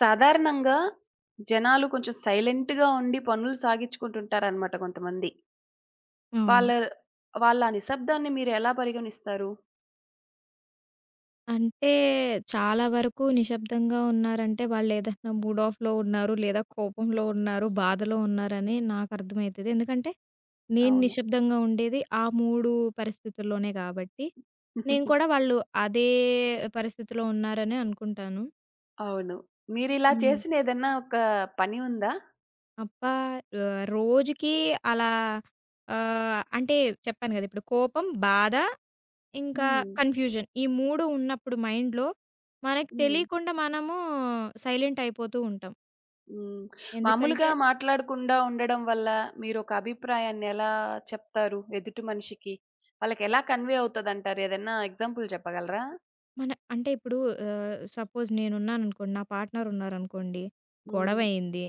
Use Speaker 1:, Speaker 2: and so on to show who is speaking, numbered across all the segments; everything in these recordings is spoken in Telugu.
Speaker 1: సాధారణంగా జనాలు కొంచెం సైలెంట్‌గా ఉండి పనులు సాగించుకుంటుంటారనమాట కొంతమంది.
Speaker 2: అవును.
Speaker 1: వాళ్ళ వాళ్ళ ఆ నిశ్శబ్దాన్ని మీరెలా పరిగణిస్తారు?
Speaker 2: అంటే చాలా వరకు నిశ్శబ్దంగా ఉన్నారంటే వాళ్ళేదన్నా మూడ్ ఆఫ్‌లో ఉన్నారు, లేదా కోపంలో ఉన్నారు, బాధలో ఉన్నారని నాకర్థమైతది. ఎందుకంటే నేను
Speaker 1: అవును.
Speaker 2: నిశ్శబ్దంగా ఉండేది ఆ 3 పరిస్థితుల్లోనే కాబట్టి, నేను కూడా వాళ్ళు అదే పరిస్థితిలో ఉన్నారనే అనుకుంటాను.
Speaker 1: అవును. మీరిలా
Speaker 2: హ్మ్.
Speaker 1: చేసిన ఏదన్నా ఒక పని ఉందా?
Speaker 2: అబ్బా! రోజుకి అలా ఆహ్, అంటే చెప్పాను గదా! ఇప్పుడు కోపం, బాధ ఇంకా
Speaker 1: హ్మ్.
Speaker 2: కన్‌ఫ్యూజన్. ఈ 3 ఉన్నప్పుడు మైండ్‌లో మనకు
Speaker 1: హ్మ్.
Speaker 2: తెలియకుండా మనము సైలెంట్ అయిపోతూ ఉంటాం.
Speaker 1: హ్మ్. మామూలుగా
Speaker 2: ఎందుకంటే
Speaker 1: మాట్లాడకుండా ఉండడం వల్ల మీరొక అభిప్రాయాన్ని ఎలా చెప్తారు ఎదుటి మనిషికి? వాళ్ళకెలా కన్వే అవుతదంటారు? ఏదన్నా ఎగ్జాంపుల్ చెప్పగలరా?
Speaker 2: ఇప్పుడు సపోజ్ నేనున్నాననుకోండి, నా పార్ట్నర్ ఉన్నారనుకోండి,
Speaker 1: హ్మ్.
Speaker 2: గొడవయింది.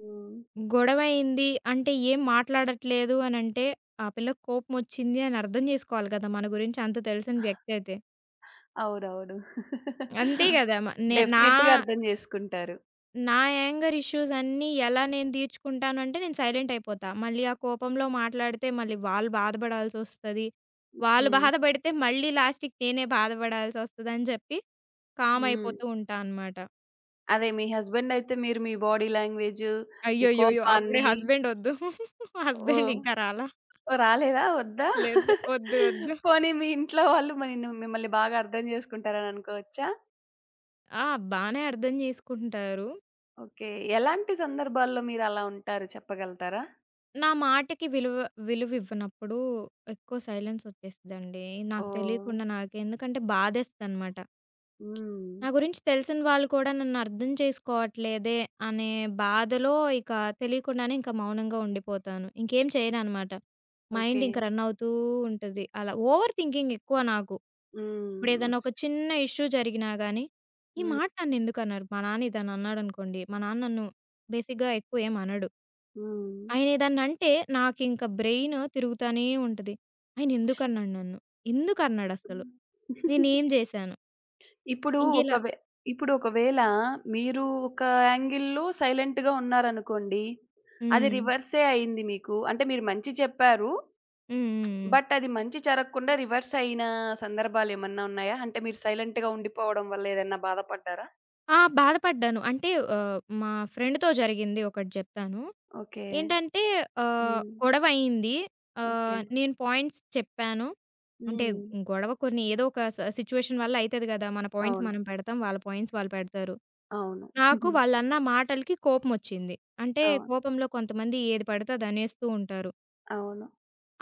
Speaker 1: హ్మ్.
Speaker 2: గొడవయింది అంటే ఏం మాట్లాడట్లేదు అనంటే, ఆ పిల్లకి కోపమొచ్చింది అని అర్థం చేసుకోవాలి కదా! మన గురించి అంత తెలిసిన వ్యక్తి అయితే.
Speaker 1: అవునవును.
Speaker 2: అంతే కదా! మ నే నా
Speaker 1: డెఫినెట్‌గా అర్థం చేసుకుంటారు.
Speaker 2: నా యాంగర్ ఇష్యూస్ అన్నీ ఎలా నేను తీర్చుకుంటానంటే నేను సైలెంట్ అయిపోతా. మళ్ళీ ఆ కోపంలో మాట్లాడితే మళ్ళీ వాళ్ళు బాధపడాల్సొస్తది. వాళ్ళు
Speaker 1: హ్మ్.
Speaker 2: బాధపడితే మళ్ళీ లాస్ట్‌కి నేనే బాధపడాల్సొస్తదని చెప్పి కామ్
Speaker 1: హ్మ్.
Speaker 2: అయిపోతూ ఉంటా అనమాట.
Speaker 1: అదే మీ హస్బెండ్ అయితే మీరు మీ బాడీ లాంగ్వేజు, మీ
Speaker 2: అయ్యయ్యయ్యో! అప్పుడే
Speaker 1: కోపాన్ని
Speaker 2: హస్బెండ్ ఒద్దు. Husband
Speaker 1: oh!
Speaker 2: ఇంకా రాలా.
Speaker 1: రాలేదా? వద్దా?
Speaker 2: లేదు. ఒద్దు. ఒద్దు.
Speaker 1: పోనీ మీ ఇంట్లో వాళ్ళు మరి మిమ్మల్ని బాగా అర్థం చేసుకుంటారని అనుకోవచ్చా?
Speaker 2: ఆ! బానే అర్థం చేసుకుంటారు.
Speaker 1: ఓకే. ఎలాంటి సందర్భాల్లో మీరలా ఉంటారు చెప్పగలుగుతారా?
Speaker 2: నా మాటకి విలువివ్వనప్పుడు ఎక్కువ సైలెన్స్ ఒచ్చేస్తదండి. నాకు
Speaker 1: ఓహ్!
Speaker 2: తెలియకుండా నాకు ఎందుకంటే బాధేస్తదనమాట.
Speaker 1: హ్మ్.
Speaker 2: నా గురించి తెలిసిన వాళ్ళు కూడా నన్ను అర్థం చేసుకోవట్లేదే అనే బాధలో ఇక తెలియకుండానే ఇంకా మౌనంగా ఉండిపోతాను. ఇంకేం చేయననమాట. Mind
Speaker 1: okay.
Speaker 2: ఇంక రన్ అవుతూ ఉంటది. అలా ఓవర్ థింకింగ్ ఎక్కువ నాకు.
Speaker 1: హ్మ్.
Speaker 2: ఇప్పుడేదన్నా ఒక చిన్న ఇష్యూ జరిగినా గానీ, "ఈ
Speaker 1: హ్మ్.
Speaker 2: మాట నన్నెందుకన్నారు? మా నాన్న ఏదన్నా అన్నాడనుకోండి". మా నాన్న నన్ను బేసిక్‌గా ఎక్కువ ఏమి అనడు. ఆయన ఏదన్నా అంటే నాకింక బ్రెయిన్ తిరుగుతానే ఉంటది. ఆయన ఎందుకన్నాడు నన్ను? ఎందుకన్నాడసలు?
Speaker 1: హ్మ్.
Speaker 2: నేనేం జేశాను?
Speaker 1: ఇప్పుడు
Speaker 2: ఇంకిలా
Speaker 1: ఒకవే ఇప్పుడు ఒకవేళ మీరు ఒక యాంగిల్‌లో సైలెంట్‌గా ఉన్నారనుకోండి. అది
Speaker 2: హ్మ్.
Speaker 1: రివర్సే అయింది మీకు. అంటే మీరు మంచి చెప్పారు.
Speaker 2: హ్మ్. హ్మ్. హ్మ్.
Speaker 1: బట్ అది మంచి జరగకుండా రివర్స్ అయిన సందర్భాలేమన్నా ఉన్నాయా? అంటే మీరు సైలెంట్‌గా ఉండిపోవడం వల్ల ఏదన్నా బాధపడ్డారా?
Speaker 2: ఆ! బాధపడ్డాను. మా ఫ్రెండ్‌తో జరిగింది ఒకటి జెప్తాను.
Speaker 1: ఓకే.
Speaker 2: ఏంటంటే
Speaker 1: హ్మ్.
Speaker 2: గొడవయింది.
Speaker 1: ఓకే.
Speaker 2: నేను పాయింట్స్ చెప్పాను. అంటే
Speaker 1: హ్మ్.
Speaker 2: గొడవ కొన్ని ఏదో ఒక సిట్యుయేషన్ వల్ల అయితది గదా! మన పాయింట్స్
Speaker 1: అవును.
Speaker 2: మనం పెడతాం. వాళ్ళ పాయింట్స్ వాళ్ళు పెడతారు.
Speaker 1: అవును.
Speaker 2: నాకు వాళ్ళన్న మాటలకి కోపమొచ్చింది. అంటే
Speaker 1: అవును.
Speaker 2: కోపంలో కొంతమంది ఏది పడితే అది అనేస్తూ ఉంటారు.
Speaker 1: అవును.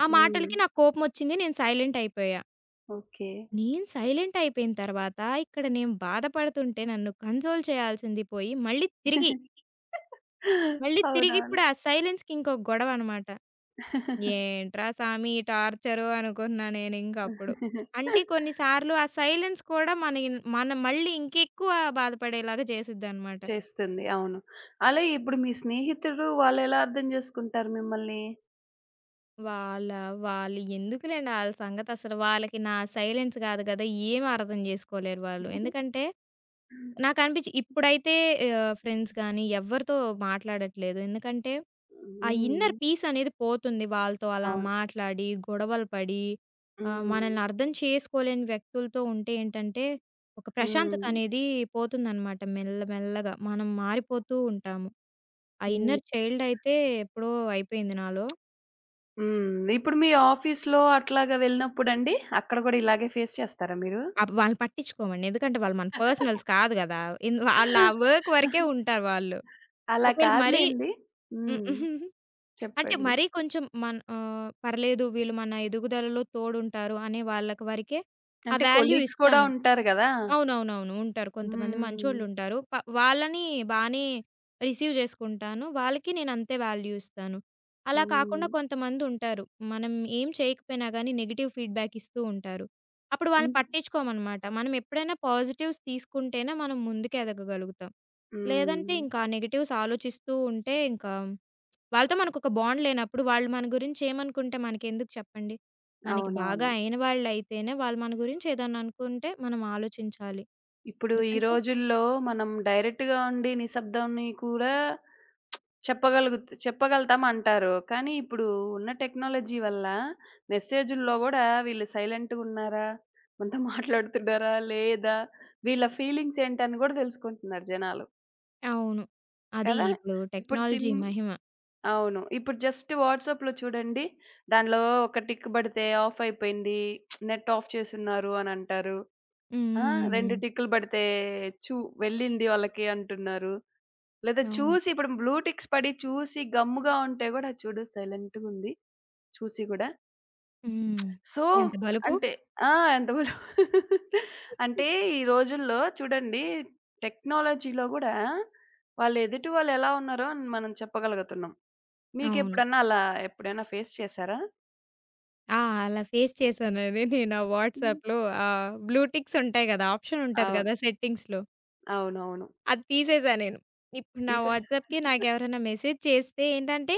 Speaker 2: ఆ
Speaker 1: హ్మ్.
Speaker 2: మాటలకి నాకు కోపమొచ్చింది. నేను సైలెంట్ అయిపోయా.
Speaker 1: ఓకే.
Speaker 2: నేను సైలెంట్ అయిపోయిన తర్వాత ఇక్కడ నేను బాధపడుతుంటే నన్ను కన్సోల్ చేయాల్సింది పోయి మళ్ళీ తిరిగి మళ్ళీ తిరిగిప్పుడు ఆ సైలెన్స్‌కి ఇంకో గొడవనమాట.
Speaker 1: అవునవును.
Speaker 2: ఏంట్రా సామి ఈ టార్చరు అనుకున్నా నేనింకప్పుడు. అంటే కొన్ని సార్లు ఆ సైలెన్స్ కూడా మన మళ్ళీ ఇంకెక్కువ బాధపడేలాగా చేసిద్దనమాట.
Speaker 1: చేస్తుంది. అవును. అలా ఇప్పుడు మీ స్నేహితుడు వాళ్ళెలా అర్థం జేసుకుంటారు మిమ్మల్ని?
Speaker 2: వాళ్ళ వాళ్ళు ఎందుకులేండి ఆళ్ళ సంగతసలు. వాళ్ళకి నా సైలెన్స్ గాదు గదా! ఏమి అర్థం జేసుకోలేరు వాళ్ళు. ఎందుకంటే, నాకనిపిచ్చి ఇప్పుడైతే ఫ్రెండ్స్ గానీ ఎవ్వరితో మాట్లాడట్లేదు. ఎందుకంటే ఆ
Speaker 1: హ్మ్.
Speaker 2: ఇన్నర్ పీస్ అనేది పోతుంది వాళ్ళతో అలా
Speaker 1: అవును.
Speaker 2: మాట్లాడి, గొడవలు పడి,
Speaker 1: హ్మ్.
Speaker 2: మనల్ని అర్థం చేసుకోలేని వ్యక్తులతో ఉంటే ఏంటంటే, ఒక ప్రశాంతత
Speaker 1: హ్మ్.
Speaker 2: అనేది పోతుందనమాట మెల్ల మెల్లగా. మనం మారిపోతూ ఉంటాము. ఆ
Speaker 1: హ్మ్.
Speaker 2: ఇన్నర్ చైల్డ్ అయితే ఎప్పుడో అయిపోయింది నాలో.
Speaker 1: హ్మ్. ఇప్పుడు మీ ఆఫీస్‌లో అట్లాగా వెళ్ళినప్పుడండి? అక్కడ గూడా ఇలాగే ఫేస్ చేస్తారా మీరు?
Speaker 2: వాళ్ళని పట్టించుకోమండి. ఎందుకంటే వాళ్ళు మన పర్సనల్స్ కాదు గదా! వాళ్ళ ఆ వర్క్ వరకే ఉంటారు వాళ్ళు.
Speaker 1: అలా
Speaker 2: ఒకవేళ మరీ
Speaker 1: కాదులెండి. హ్మ్.
Speaker 2: హ్మ్. అంటే
Speaker 1: చెప్పండి.
Speaker 2: మరీ కొంచెం మన పర్లేదు వీళ్ళు మన ఎదుగుదలలో తోడుంటారు అనే వాళ్ళకి వరకే ఆ
Speaker 1: అంటే
Speaker 2: వాల్యూ
Speaker 1: కొలీగ్స్ కూడా
Speaker 2: ఇస్తాను.
Speaker 1: ఉంటారు గదా!
Speaker 2: అవునవునవును. ఉంటారు. కొంతమంది
Speaker 1: హ్మ్.
Speaker 2: మంచోళ్ళుంటారు. వాళ్ళని బానే రిసీవ్ చేసుకుంటాను. వాళ్ళకి నేను అంతే వాల్యూ ఇస్తాను. అలా కాకుండా
Speaker 1: హ్మ్.
Speaker 2: కొంతమందుంటారు. మనం ఏం చేయకపోయినా గానీ నెగెటివ్ ఫీడ్‌బ్యాక్ ఇస్తూ ఉంటారు. అప్పుడు వాళ్ళని
Speaker 1: హ్మ్.
Speaker 2: పట్టించుకోమనమాట. మనం ఎప్పుడైనా పాజిటివ్స్ తీసుకుంటేనే మనం ముందుకు ఎదగగలుగుతాం. లేదంటే
Speaker 1: హ్మ్.
Speaker 2: ఇంకా నెగెటివ్స్ ఆలోచిస్తూ ఉంటే ఇంకా వాళ్ళతో మనకొక బాండ్ లేనప్పుడు వాళ్ళు మన గురించి ఏమనుకుంటే మనకెందుకు చెప్పండి? మనకి బాగా
Speaker 1: అవునవును.
Speaker 2: అయిన వాళ్ళయితేనే వాళ్ళు మన గురించి ఏదన్నా అనుకుంటే మనం ఆలోచించాలి.
Speaker 1: ఇప్పుడు ఈ
Speaker 2: ఎందుకంటే
Speaker 1: రోజుల్లో మనం డైరెక్ట్‌గా ఉండి నిశ్శబ్దాన్ని కూడా చెప్పగలుగు చెప్పగలుగుతాం అంటారు. కానీ ఇప్పుడు ఉన్న టెక్నాలజీ వల్ల మెసేజుల్లో గూడా వీళ్ళు సైలెంట్‌గున్నారా? మనతో మాట్లాడుతున్నారా? లేదా? వీళ్ళ ఫీలింగ్స్ ఏంటని గూడా తెలుసుకుంటున్నారు జనాలు.
Speaker 2: అవును. అది
Speaker 1: కదా!
Speaker 2: ఇప్పుడు
Speaker 1: ఇప్పుడు
Speaker 2: టెక్నాలజీ
Speaker 1: సిమ్
Speaker 2: మహిమ.
Speaker 1: అవును. ఇప్పుడు జస్ట్ వాట్సాప్‌లో చూడండి. దానిలో ఒక టిక్ బడితే ఆఫ్ అయిపోయింది. నెట్ ఆఫ్ చేసున్నారు అనంటారు.
Speaker 2: హ్మ్.
Speaker 1: ఆ!
Speaker 2: హ్మ్. హ్మ్.
Speaker 1: 2
Speaker 2: హ్మ్.
Speaker 1: టిక్కులు బడితే చూ వెళ్ళింది వాళ్ళకి అంటున్నారు. లేదా
Speaker 2: అవును.
Speaker 1: చూసి ఇప్పుడు బ్లూ టిక్స్ పడి చూసి గమ్ముగా ఉంటే గూడా చూడు సైలెంట్‌గుంది. చూసి గూడా.
Speaker 2: హ్మ్.
Speaker 1: సో,
Speaker 2: ఎంత బలుపు.
Speaker 1: అంటే ఆ! ఎంత బ్లూ అంటే ఈ రోజుల్లో చూడండి టెక్నాలజీలో గూడా వాళ్ళు ఎదుటి వాళ్ళు ఎలా ఉన్నారో మనం చెప్పగలుగుతున్నాం.
Speaker 2: అవును.
Speaker 1: మీకెప్పుడన్నా అలా ఎప్పుడైనా ఫేస్ చేసారా?
Speaker 2: ఆ! అలా ఫేస్ చేశానది నేను ఆ
Speaker 1: హ్మ్.
Speaker 2: వాట్సాప్‌లో ఆ బ్లూ టిక్స్ ఉంటాయి గదా! ఆప్షన్ ఉంటది
Speaker 1: అవును.
Speaker 2: గదా! సెట్టింగ్స్‌లో.
Speaker 1: అవునవును.
Speaker 2: అది తీసేసా నేను. ఇప్పుడు నా
Speaker 1: తీసేసారు.
Speaker 2: వాట్సాప్‌కి నాకెవరైనా మెసేజ్ చేస్తే ఏంటంటే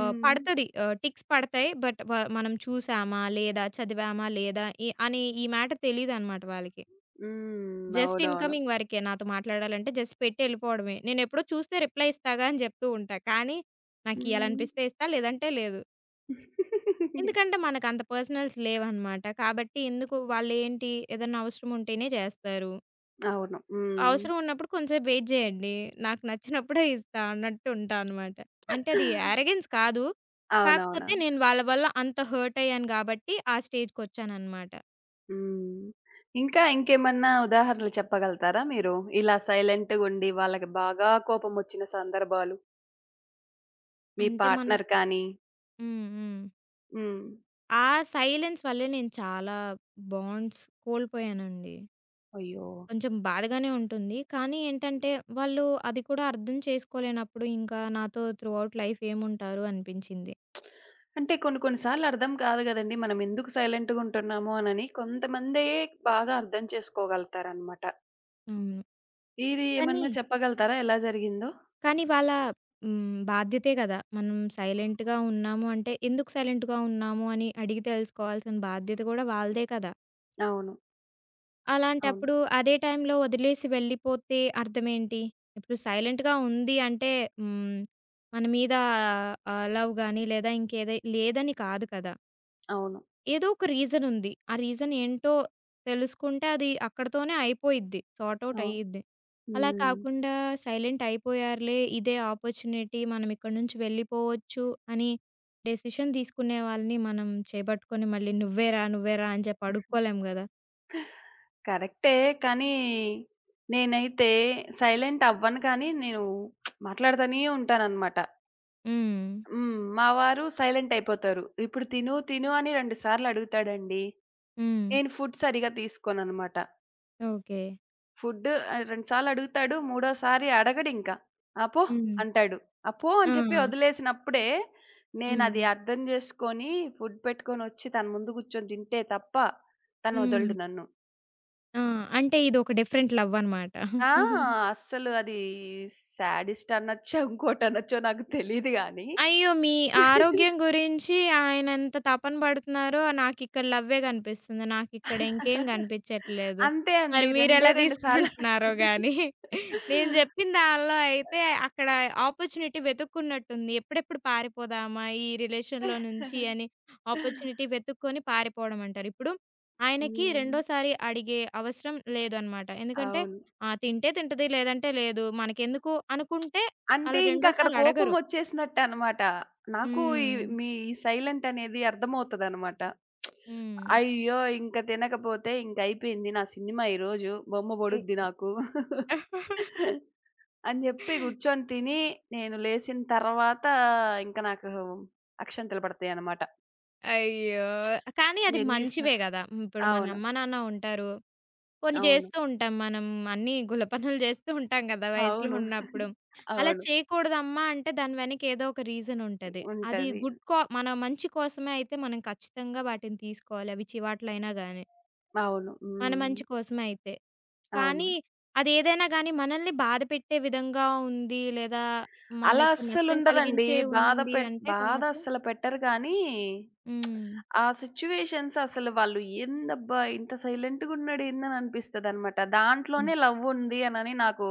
Speaker 2: పడతది. టిక్స్ పడతాయి. బట్ మనం చూసామా? లేదా? చదివామా? లేదా? ఈ మ్యాటర్ తెలీదనమాట వాళ్ళకి.
Speaker 1: హ్మ్.
Speaker 2: జస్ట్
Speaker 1: అవునవును.
Speaker 2: ఇన్‌కమింగ్ వరకే. నాతో మాట్లాడాలంటే జస్ట్ పెట్టి ఎళ్ళిపోవడమే. నేనెప్పుడో చూస్తే రిప్లై ఇస్తాగా అని జెప్తూ ఉంటా. కానీ
Speaker 1: హ్మ్.
Speaker 2: నాకియ్యాలనిపిస్తే ఇస్తా. లేదంటే లేదు. ఎందుకంటే మనకంత పర్సనల్స్ లేవనమాట. కాబట్టి ఎందుకు వాళ్ళేంటి ఏదన్నా అవసరం ఉంటేనే జేస్తారు.
Speaker 1: అవును. హ్మ్.
Speaker 2: అవసరం ఉన్నప్పుడు కొంసేపు వెయిట్ జేయండి. నాకు నచ్చినప్పుడే ఇస్తా అన్నట్టు ఉంటా అనమాట. అంటే అది యారగెన్స్ కాదు.
Speaker 1: అవునవును.
Speaker 2: కాకపోతే నేను వాళ్ళ వల్ల అంత హర్ట్ అయ్యాను గాబట్టి ఆ స్టేజ్‌కొచ్చాననమాట.
Speaker 1: హ్మ్. ఇంకా ఇంకేమన్నా ఉదాహరణలు చెప్పగలుగుతారా మీరు? ఇలా సైలెంట్‌గుండి వాళ్ళకి బాగా కోపమొచ్చిన సందర్భాలు మీ
Speaker 2: అంటే మన
Speaker 1: పార్ట్‌నర్ కానీ
Speaker 2: హ్మ్. హ్మ్.
Speaker 1: హ్మ్.
Speaker 2: ఆ సైలెన్స్ వల్లే నేను చాలా బాండ్స్ కోల్పోయానండి.
Speaker 1: అయ్యో!
Speaker 2: కొంచెం బాధగానే ఉంటుంది. కానీ ఏంటంటే వాళ్ళు అది కూడా అర్థం చేసుకోలేనప్పుడు ఇంకా నాతో త్రూ ఔట్ లైఫ్ ఏముంటారు అనిపించింది.
Speaker 1: అంటే కొన్ని కొన్ని సార్లు అర్థం కాదు గదండీ! మనం ఎందుకు సైలెంట్‌గా ఉంటున్నాము అనని. కొంతమందే బాగా అర్థం చేసుకోగలుగుతారనమాట.
Speaker 2: అవును.
Speaker 1: ఇది
Speaker 2: కానీ
Speaker 1: ఏమన్నా చెప్పగలుగుతారా ఎలా జరిగిందో?
Speaker 2: కానీ వాళ్ళ హ్మ్. బాధ్యతే గదా! మనం సైలెంట్‌గా ఉన్నాము అంటే, ఎందుకు సైలెంట్‌గా ఉన్నాము అని అడిగి తెలుసుకోవాల్సిన బాధ్యత గూడా వాళ్ళదే కదా!
Speaker 1: అవును. అవును.
Speaker 2: అలాంటప్పుడు అదే టైంలో వదిలేసి వెళ్ళిపోతే అర్థమేంటి? ఇప్పుడు సైలెంట్‌గా ఉంది అంటే హ్మ్, మన మీద లవ్ గాని లేదా ఇంకేదై లేదని కాదు కదా!
Speaker 1: అవును.
Speaker 2: ఏదో ఒక రీజన్ ఉంది. ఆ రీజన్ ఏంటో తెలుసుకుంటే అది అక్కడితోనే అయిపోయిద్ది. సార్ట్ ఔట్
Speaker 1: అవును.
Speaker 2: అయ్యిద్ది. అలా
Speaker 1: హ్మ్.
Speaker 2: కాకుండా సైలెంట్ అయిపోయారులే ఇదే ఆపర్చునిటీ మనం ఇక్కడి నుంచి వెళ్ళిపోవచ్చు అని డెసిషన్ తీసుకునే వాళ్ళని మనం చేపట్టుకొని మళ్ళీ "నువ్వే రా, నువ్వే రా" అని చెప్పి అడుక్కోలేం గదా!
Speaker 1: కరెక్టే. కానీ నేనైతే సైలెంట్ అవ్వను కానీ నేను మాట్లాడతానే ఉంటాననమాట.
Speaker 2: హ్మ్.
Speaker 1: హ్మ్. మా వారు సైలెంట్ అయిపోతారు. ఇప్పుడు తిను తిను అని 2 సార్లు అడుగుతాడండి.
Speaker 2: హ్మ్.
Speaker 1: నేను ఫుడ్ సరిగ్గా తీసుకోననమాట.
Speaker 2: ఓకే.
Speaker 1: ఫుడ్ 2 సార్లు అడుగుతాడు. మూడోసారి అడగడింక. "ఆ! పో"
Speaker 2: హ్మ్.
Speaker 1: అంటాడు. ఆ! పో
Speaker 2: ఆ!
Speaker 1: అని చెప్పి వదిలేసినప్పుడే
Speaker 2: హ్మ్.
Speaker 1: నేనది అర్థం చేసుకొని ఫుడ్ పెట్టుకొనొచ్చి తన ముందు కూర్చొని తింటే తప్ప తను
Speaker 2: హ్మ్.
Speaker 1: వదలడు నన్ను.
Speaker 2: ఆ! అంటే ఇదొక డిఫరెంట్ లవ్ అనమాట.
Speaker 1: ఆ! అస్సలు అది శాడిస్ట్ అనొచ్చో, ఇంకోటనొచ్చో నాకు తెలీదు గానీ
Speaker 2: అయ్యో! మీ ఆరోగ్యం గురించి ఆయనెంత తపన పడుతున్నారో నాకిక్కడ లవ్వే కనిపిస్తుంది. నాకిక్కడ ఇంకేం కనిపించట్లేదు.
Speaker 1: అంతే
Speaker 2: మరి
Speaker 1: అండి. రెండే
Speaker 2: మీరెలా
Speaker 1: 2 సార్లు.
Speaker 2: తీసుకుంటున్నారో గాని. నేను చెప్పిన దానిలో అయితే అక్కడ ఆపర్చునిటీ వెతుక్కున్నట్టుంది. ఎప్పుడెప్పుడు పారిపోదామా ఈ రిలేషన్‌లో నుంచి అని ఆపర్చునిటీ వెతుక్కొని పారిపోవడం అంటారు. ఇప్పుడు ఆయనకి
Speaker 1: హ్మ్.
Speaker 2: రెండోసారి అడిగే అవసరం లేదనమాట. ఎందుకంటే
Speaker 1: అవును.
Speaker 2: ఆ! తింటే తింటది లేదంటే లేదు. మనకెందుకు అనుకుంటే
Speaker 1: అంటే
Speaker 2: అలా
Speaker 1: ఇంకక్కడ
Speaker 2: రెండోసారి అడగరు.
Speaker 1: కోపమొచ్చేసినట్టే అనమాట. నాకు ఈ
Speaker 2: హ్మ్.
Speaker 1: మీ సైలెంట్ అనేది అర్థమవుతదనమాట.
Speaker 2: హ్మ్.
Speaker 1: అయ్యో! ఇంక తినకపోతే ఇంకయిపోయింది నా సినిమా ఈరోజు. బొమ్మ
Speaker 2: హ్మ్.
Speaker 1: పడుద్ది
Speaker 2: హ్మ్.
Speaker 1: నాకు. అని జెప్పి గూర్చొని తిని, నేను లేసిన తర్వాత ఇంక నాకు అక్షింతలు పడతాయనమాట.
Speaker 2: అయ్యో! కానీ అది
Speaker 1: ఎన్ని స
Speaker 2: మంచివే గదా! ఇప్పుడు మన
Speaker 1: అవును.
Speaker 2: అమ్మ, నాన్న ఉంటారు. కొన్ని
Speaker 1: అవును.
Speaker 2: చేస్తూ ఉంటాం మనం. అన్నీ గుల్ల పనులు చేస్తూ ఉంటాం గదా! వయసులో
Speaker 1: అవును.
Speaker 2: ఉన్నప్పుడు. అలా
Speaker 1: అవును.
Speaker 2: చేయకూడదమ్మా అంటే దాని వెనక ఏదో ఒక రీజన్ ఉంటది. అది
Speaker 1: ఉంటది.
Speaker 2: గుడ్ కా మన మంచి కోసమే అయితే మనం ఖచ్చితంగా వాటిని తీసుకోవాలి. అవి చివాట్లయినా గాని.
Speaker 1: అవును.
Speaker 2: మన
Speaker 1: హ్మ్.
Speaker 2: మంచి కోసమే అయితే.
Speaker 1: అవును.
Speaker 2: కానీ అదేదైనా గాని మనల్ని బాధపెట్టే విధంగా ఉంది లేదా
Speaker 1: అలా
Speaker 2: మనకి నష్టం
Speaker 1: అస్సలుండదండి.
Speaker 2: కలిగించే ఉంది అంటే
Speaker 1: బాధ
Speaker 2: మాత్రం
Speaker 1: అస్సలు పెట్టరు కానీ,
Speaker 2: హ్మ్.
Speaker 1: ఆ సిట్యుయేషన్స్ అసలు వాళ్ళు ఏందబ్బా! ఇంత సైలెంట్‌గున్నాడు ఏందని అనిపిస్తదనమాట. దాంట్లోనే లవ్వుంది అనని నాకు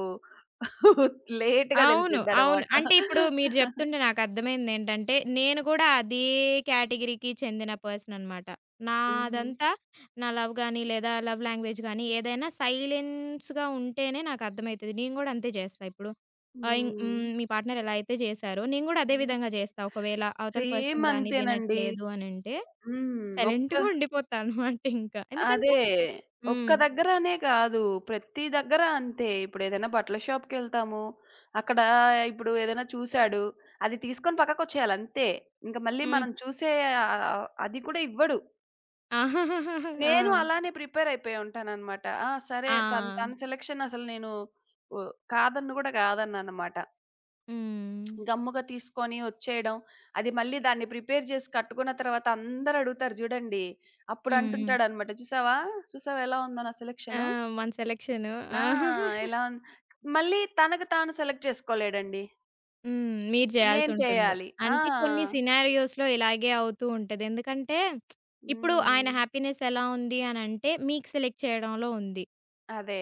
Speaker 1: లేట్‌గా
Speaker 2: అవును. అవును.
Speaker 1: తెలిసిద్దనమాట.
Speaker 2: అంటే ఇప్పుడు మీరు జెప్తుంటే నాకర్థమైందేంటంటే, నేను గూడా అదే కేటగిరీకి చెందిన పర్సననమాట.
Speaker 1: హుహు.
Speaker 2: నాదంతా నా లవ్ గాని, లేదా లవ్ లాంగ్వేజ్ గాని ఏదైనా సైలెన్స్‌గా ఉంటేనే నాకర్థమైతది. నేను గూడా అంతే జేస్తా ఇప్పుడు. ఆహ్, ఇం
Speaker 1: హ్మ్.
Speaker 2: హ్మ్. మీ పార్ట్నర్ ఎలా అయితే జేశారో, నేను గూడా అదే
Speaker 1: హ్మ్.
Speaker 2: విధంగా జేస్తా. ఒకవేళ అవతల
Speaker 1: సేమ్
Speaker 2: పర్సన్ గాని
Speaker 1: అంతేనండి.
Speaker 2: వినట్లేదు అనంటే,
Speaker 1: హ్మ్. ఒక్క
Speaker 2: సైలెంట్‌గా ఉండిపోతా అనమాట ఇంకా. ఎందుకంటే
Speaker 1: అదే. ఒక్క
Speaker 2: హ్మ్.
Speaker 1: దగ్గరనే కాదు. ప్రతి దగ్గర అంతే. ఇప్పుడేదైనా బట్టల షాప్‌కెళ్తాము. అక్కడ ఇప్పుడు ఏదైనా చూసాడు. అది తీసుకొని పక్కకొచ్చేయాలి అంతే. ఇంక మళ్ళీ
Speaker 2: హ్మ్.
Speaker 1: మనం చూసే ఆహ్, అది కూడా ఇవ్వడు.
Speaker 2: ఆ!
Speaker 1: నేను
Speaker 2: ఆ!
Speaker 1: అలానే ప్రిపేర్ అయిపోయి ఉంటాననమాట. ఆ! సరే తన
Speaker 2: ఆ!
Speaker 1: తన సెలక్షన్ అసలు నేను ఓ కాదన్ను గూడా కాదన్నాననమాట.
Speaker 2: హ్మ్.
Speaker 1: గమ్ముగా తీసుకొని వచ్చేయడం. అది మళ్ళీ దాన్ని ప్రిపేర్ చేసి కట్టుకున్న తర్వాత అందరూ అడుగుతారు చూడండి. అప్పుడు
Speaker 2: హ్మ్.
Speaker 1: అంటుంటాడనమాట. చూసావా? చూసావా ఎలా ఉందో నా
Speaker 2: ఆ!
Speaker 1: సెలక్షను?
Speaker 2: మన సెలక్షను.
Speaker 1: ఆ! ఎలా ఉన్ మళ్ళీ తనకు తాను సెలెక్ట్ చేసుకోలేడండి.
Speaker 2: హ్మ్. మీరు
Speaker 1: నేను
Speaker 2: చేయాల్సుంటుంది.
Speaker 1: చేయాలి. ఆ!
Speaker 2: అంటే కొన్ని సినారియోస్‌లో ఇలాగే అవుతూ ఉంటది. ఎందుకంటే ఇప్పుడు ఆయన
Speaker 1: హ్మ్.
Speaker 2: హ్యాపీనెస్ ఎలా ఉంది అనంటే మీకు సెలెక్ట్ చేయడంలో ఉంది.
Speaker 1: అదే.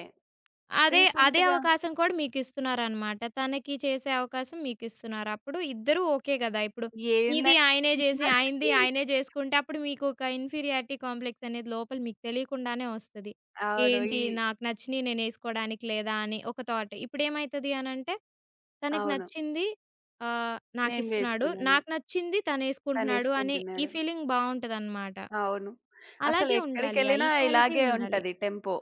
Speaker 2: అదే
Speaker 1: రీసెంట్‌గా
Speaker 2: అవకాశం కూడా మీకిస్తున్నారనమాట. తనకి చేసే అవకాశం మీకిస్తున్నారు. అప్పుడు ఇద్దరూ ఓకే గదా! ఇప్పుడు మీది
Speaker 1: ఏందండి
Speaker 2: ఆయనే జేసి, ఆయనది ఆయనే జేసుకుంటే అప్పుడు మీకొక ఇన్ఫీరియారిటీ కాంప్లెక్స్ అనేది లోపల మీకు తెలియకుండానే వస్తది.
Speaker 1: అవును.
Speaker 2: ఏంటి
Speaker 1: హ్మ్.
Speaker 2: నాకు నచ్చినయి నేనేసుకోడానికి లేదా అని ఒక థాట్. ఇప్పుడేమైతది అనంటే తనకి
Speaker 1: అవును.
Speaker 2: నచ్చింది
Speaker 1: నేను
Speaker 2: నాకిస్తున్నాడు.
Speaker 1: వేసుకున్నాను.
Speaker 2: నాకు నచ్చింది తనేసుకుంటున్నాడు అనే ఈ
Speaker 1: తనేసుకుంటున్నాడు.
Speaker 2: ఫీలింగ్ బావుంటదనమాట.
Speaker 1: అవును. అసలు
Speaker 2: అలాగే ఉండాలి. ఆ
Speaker 1: ఎక్కడికెళ్ళినా
Speaker 2: ఈక్వాలిటీ
Speaker 1: ఇలాగే
Speaker 2: ఉండాలి.
Speaker 1: ఉంటది టెంపో.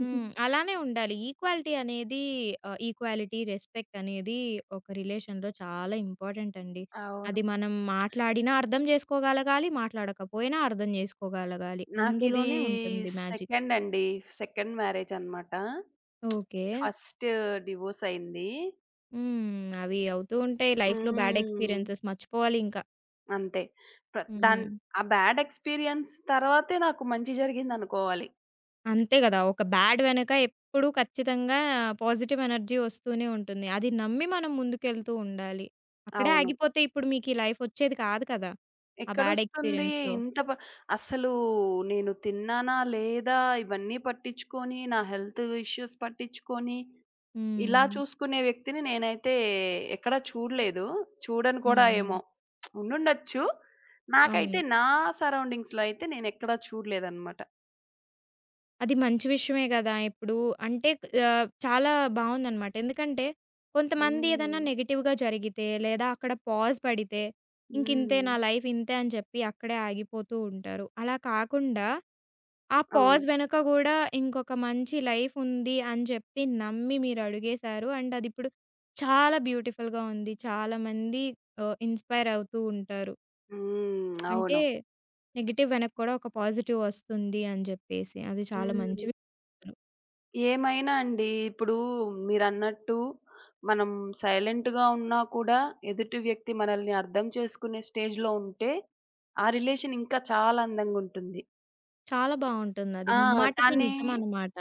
Speaker 2: హ్మ్. అలానే ఉండాలి. ఈక్వాలిటీ, రెస్పెక్ట్ అనేది ఒక రిలేషన్‌లో చాలా ఇంపార్టెంట్ అండి.
Speaker 1: అవును.
Speaker 2: అది మనం మాట్లాడినా అర్థం జేసుకోగలగాలి, మాట్లాడకపోయినా అర్థం జేసుకోగలగాలి.
Speaker 1: నాకిది
Speaker 2: అందులోనే ఉంటుంది మ్యాజిక్.
Speaker 1: సెకండ్ అండి. సెకండ్ మ్యారేజ్ అన్నమాట.
Speaker 2: ఓకే.
Speaker 1: ఫస్ట్ డివోర్స్ అయింది.
Speaker 2: హ్మ్. అవి అవుతూ ఉంటాయి లైఫ్‌లో బ్యాడ్
Speaker 1: హ్మ్.
Speaker 2: ఎక్స్‌పీరియన్సెస్ మర్చిపోవాలి ఇంకా.
Speaker 1: అంతే. ప్ర దాన్
Speaker 2: హ్మ్.
Speaker 1: ఆ బ్యాడ్ ఎక్స్‌పీరియన్స్ తర్వాతే నాకు మంచి జరిగిందనుకోవాలి.
Speaker 2: అంతే గదా! ఒక బ్యాడ్ వెనక ఎప్పుడూ ఖచ్చితంగా పాజిటివ్ ఎనర్జీ వస్తూనే ఉంటుంది. అది నమ్మి మనం ముందుకెళ్తూ ఉండాలి. అక్కడే
Speaker 1: అవును.
Speaker 2: ఆగిపోతే ఇప్పుడు మీకు ఈ లైఫ్ వచ్చేది కాదు కదా! ఆ బ్యాడ్
Speaker 1: ఎక్కడొస్తుంది?
Speaker 2: ఎక్స్‌పీరియన్స్‌లో.
Speaker 1: ఇంత ప అసలు నేను తిన్నానా? లేదా? ఇవన్నీ పట్టించుకొని, నా హెల్త్ ఇష్యూస్ పట్టించుకొని, ఇలా
Speaker 2: హ్మ్.
Speaker 1: చూసుకునే వ్యక్తిని నేనైతే ఎక్కడా చూడలేదు. చూడను కూడా
Speaker 2: హ్మ్.
Speaker 1: ఏమో! ఉండుండొచ్చు.
Speaker 2: అవును.
Speaker 1: నాకైతే నా సరౌండింగ్స్‌లో అయితే నేనెక్కడా చూడలేదనమాట.
Speaker 2: అది మంచి విషయమే గదా! ఇప్పుడు అంటే చాలా బావుందనమాట. ఎందుకంటే కొంతమంది ఏదన్నా
Speaker 1: హ్మ్.
Speaker 2: నెగెటివ్‌గా జరిగితే లేదా అక్కడ పాజ్ పడితే ఇంకింతే
Speaker 1: హ్మ్.
Speaker 2: నా లైఫ్ ఇంతే అని చెప్పి అక్కడే ఆగిపోతూ ఉంటారు. అలా కాకుండా ఆ
Speaker 1: అవును.
Speaker 2: పాజ్ వెనక గూడా ఇంకొక మంచి లైఫ్ ఉంది అని జెప్పి నమ్మి మీరడుగేశారు. అండ్ అదిప్పుడు చాలా బ్యూటిఫుల్‌గా ఉంది. చాలామంది ఇన్‌స్పైర్ అవుతూ ఉంటారు.
Speaker 1: హ్మ్.
Speaker 2: అంటే
Speaker 1: అవును.
Speaker 2: నెగెటివ్ వెనక కూడా ఒక పాజిటివ్ వస్తుంది అని జెప్పేసి. అది చాలా మంచి
Speaker 1: హ్మ్.
Speaker 2: విషయం.
Speaker 1: ఏమైనా అండి. ఇప్పుడు మీరన్నట్టు మనం సైలెంట్‌గా ఉన్నా కూడా ఎదుటి వ్యక్తి మనల్ని అర్థం చేసుకునే స్టేజ్‌లో ఉంటే, ఆ రిలేషన్ ఇంకా చాలా అందంగుంటుంది.
Speaker 2: చాలా బావుంటుందది.
Speaker 1: ఆ!
Speaker 2: ముమ్మాటికి
Speaker 1: దాన్ని
Speaker 2: నిజమనమాట.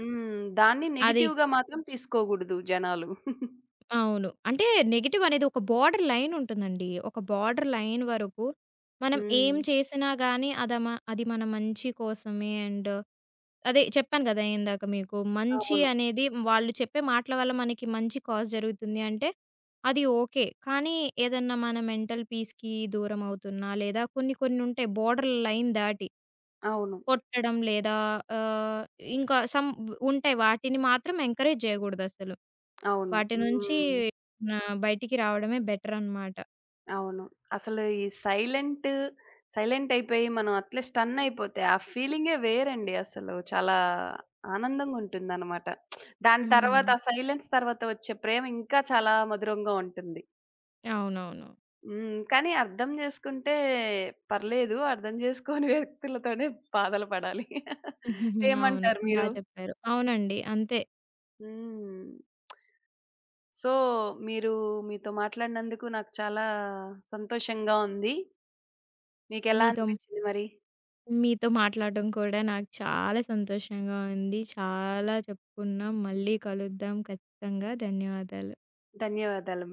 Speaker 1: హ్మ్. దాన్ని
Speaker 2: అది
Speaker 1: నెగెటివ్‌గా మాత్రం తీసుకోగూడదు జనాలు.
Speaker 2: అవును. అంటే నెగెటివ్ అనేది ఒక బోర్డర్ లైన్ ఉంటుందండి. ఒక బోర్డర్ లైన్ వరకు మనం ఏం
Speaker 1: హ్మ్.
Speaker 2: చేసినా గానీ అది మన మంచి కోసమే అండ్ అదే చెప్పాను గదా! ఇందాక మీకు. మంచి
Speaker 1: అవును.
Speaker 2: అనేది వాళ్ళు చెప్పే మాటల వల్ల మనకి మంచి కాజ్ జరుగుతుంది అంటే అది ఓకే. కానీ ఏదన్నా మన మెంటల్ పీస్‌కి దూరం అవుతున్నా లేదా కొన్ని కొన్ని ఉంటాయి బోర్డర్ లైన్ దాటి
Speaker 1: అవును.
Speaker 2: కొట్టడం లేదా ఆహ్, ఇంకా సమ్ ఉంటాయి. వాటిని మాత్రం ఎంకరేజ్ జేయగూడదసలు.
Speaker 1: అవును.
Speaker 2: వాటి నుంచి
Speaker 1: హ్మ్.
Speaker 2: నా బయటికి రావడమే బెటరనమాట.
Speaker 1: అవును. అసలు ఈ సైలెంట్, సైలెంట్ అయిపోయి మనం అట్లే స్టన్ అయిపోతే ఆ ఫీలింగే వేరండి అసలు. చాలా ఆనందంగుంటుందనమాట. దాని
Speaker 2: హ్మ్.
Speaker 1: తర్వాత ఆ సైలెన్స్ తర్వాత వచ్చే ప్రేమ ఇంకా చాలా మధురంగా ఉంటుంది.
Speaker 2: అవునవును.
Speaker 1: హ్మ్. కానీ అర్థం జేసుకుంటే పర్లేదు. అర్థం జేసుకోని వ్యక్తులతోనే బాధలు పడాలి.
Speaker 2: అవును.
Speaker 1: ఏమంటారు
Speaker 2: బా
Speaker 1: మీరు?
Speaker 2: చెప్పారు. అవునండి. అంతే.
Speaker 1: హ్మ్. సో, మీరు మీతో మాట్లాడినందుకు నాకు చాలా సంతోషంగా ఉంది. మీకెలా
Speaker 2: మీతో
Speaker 1: అనిపించింది మరి?
Speaker 2: మీతో మాట్లాడడం కూడా నాకు చాలా సంతోషంగా ఉంది. చాలా చెప్పుకున్నాం. మళ్ళీ కలుద్దాం ఖచ్చితంగా. ధన్యవాదాలు.
Speaker 1: ధన్యవాదాలు.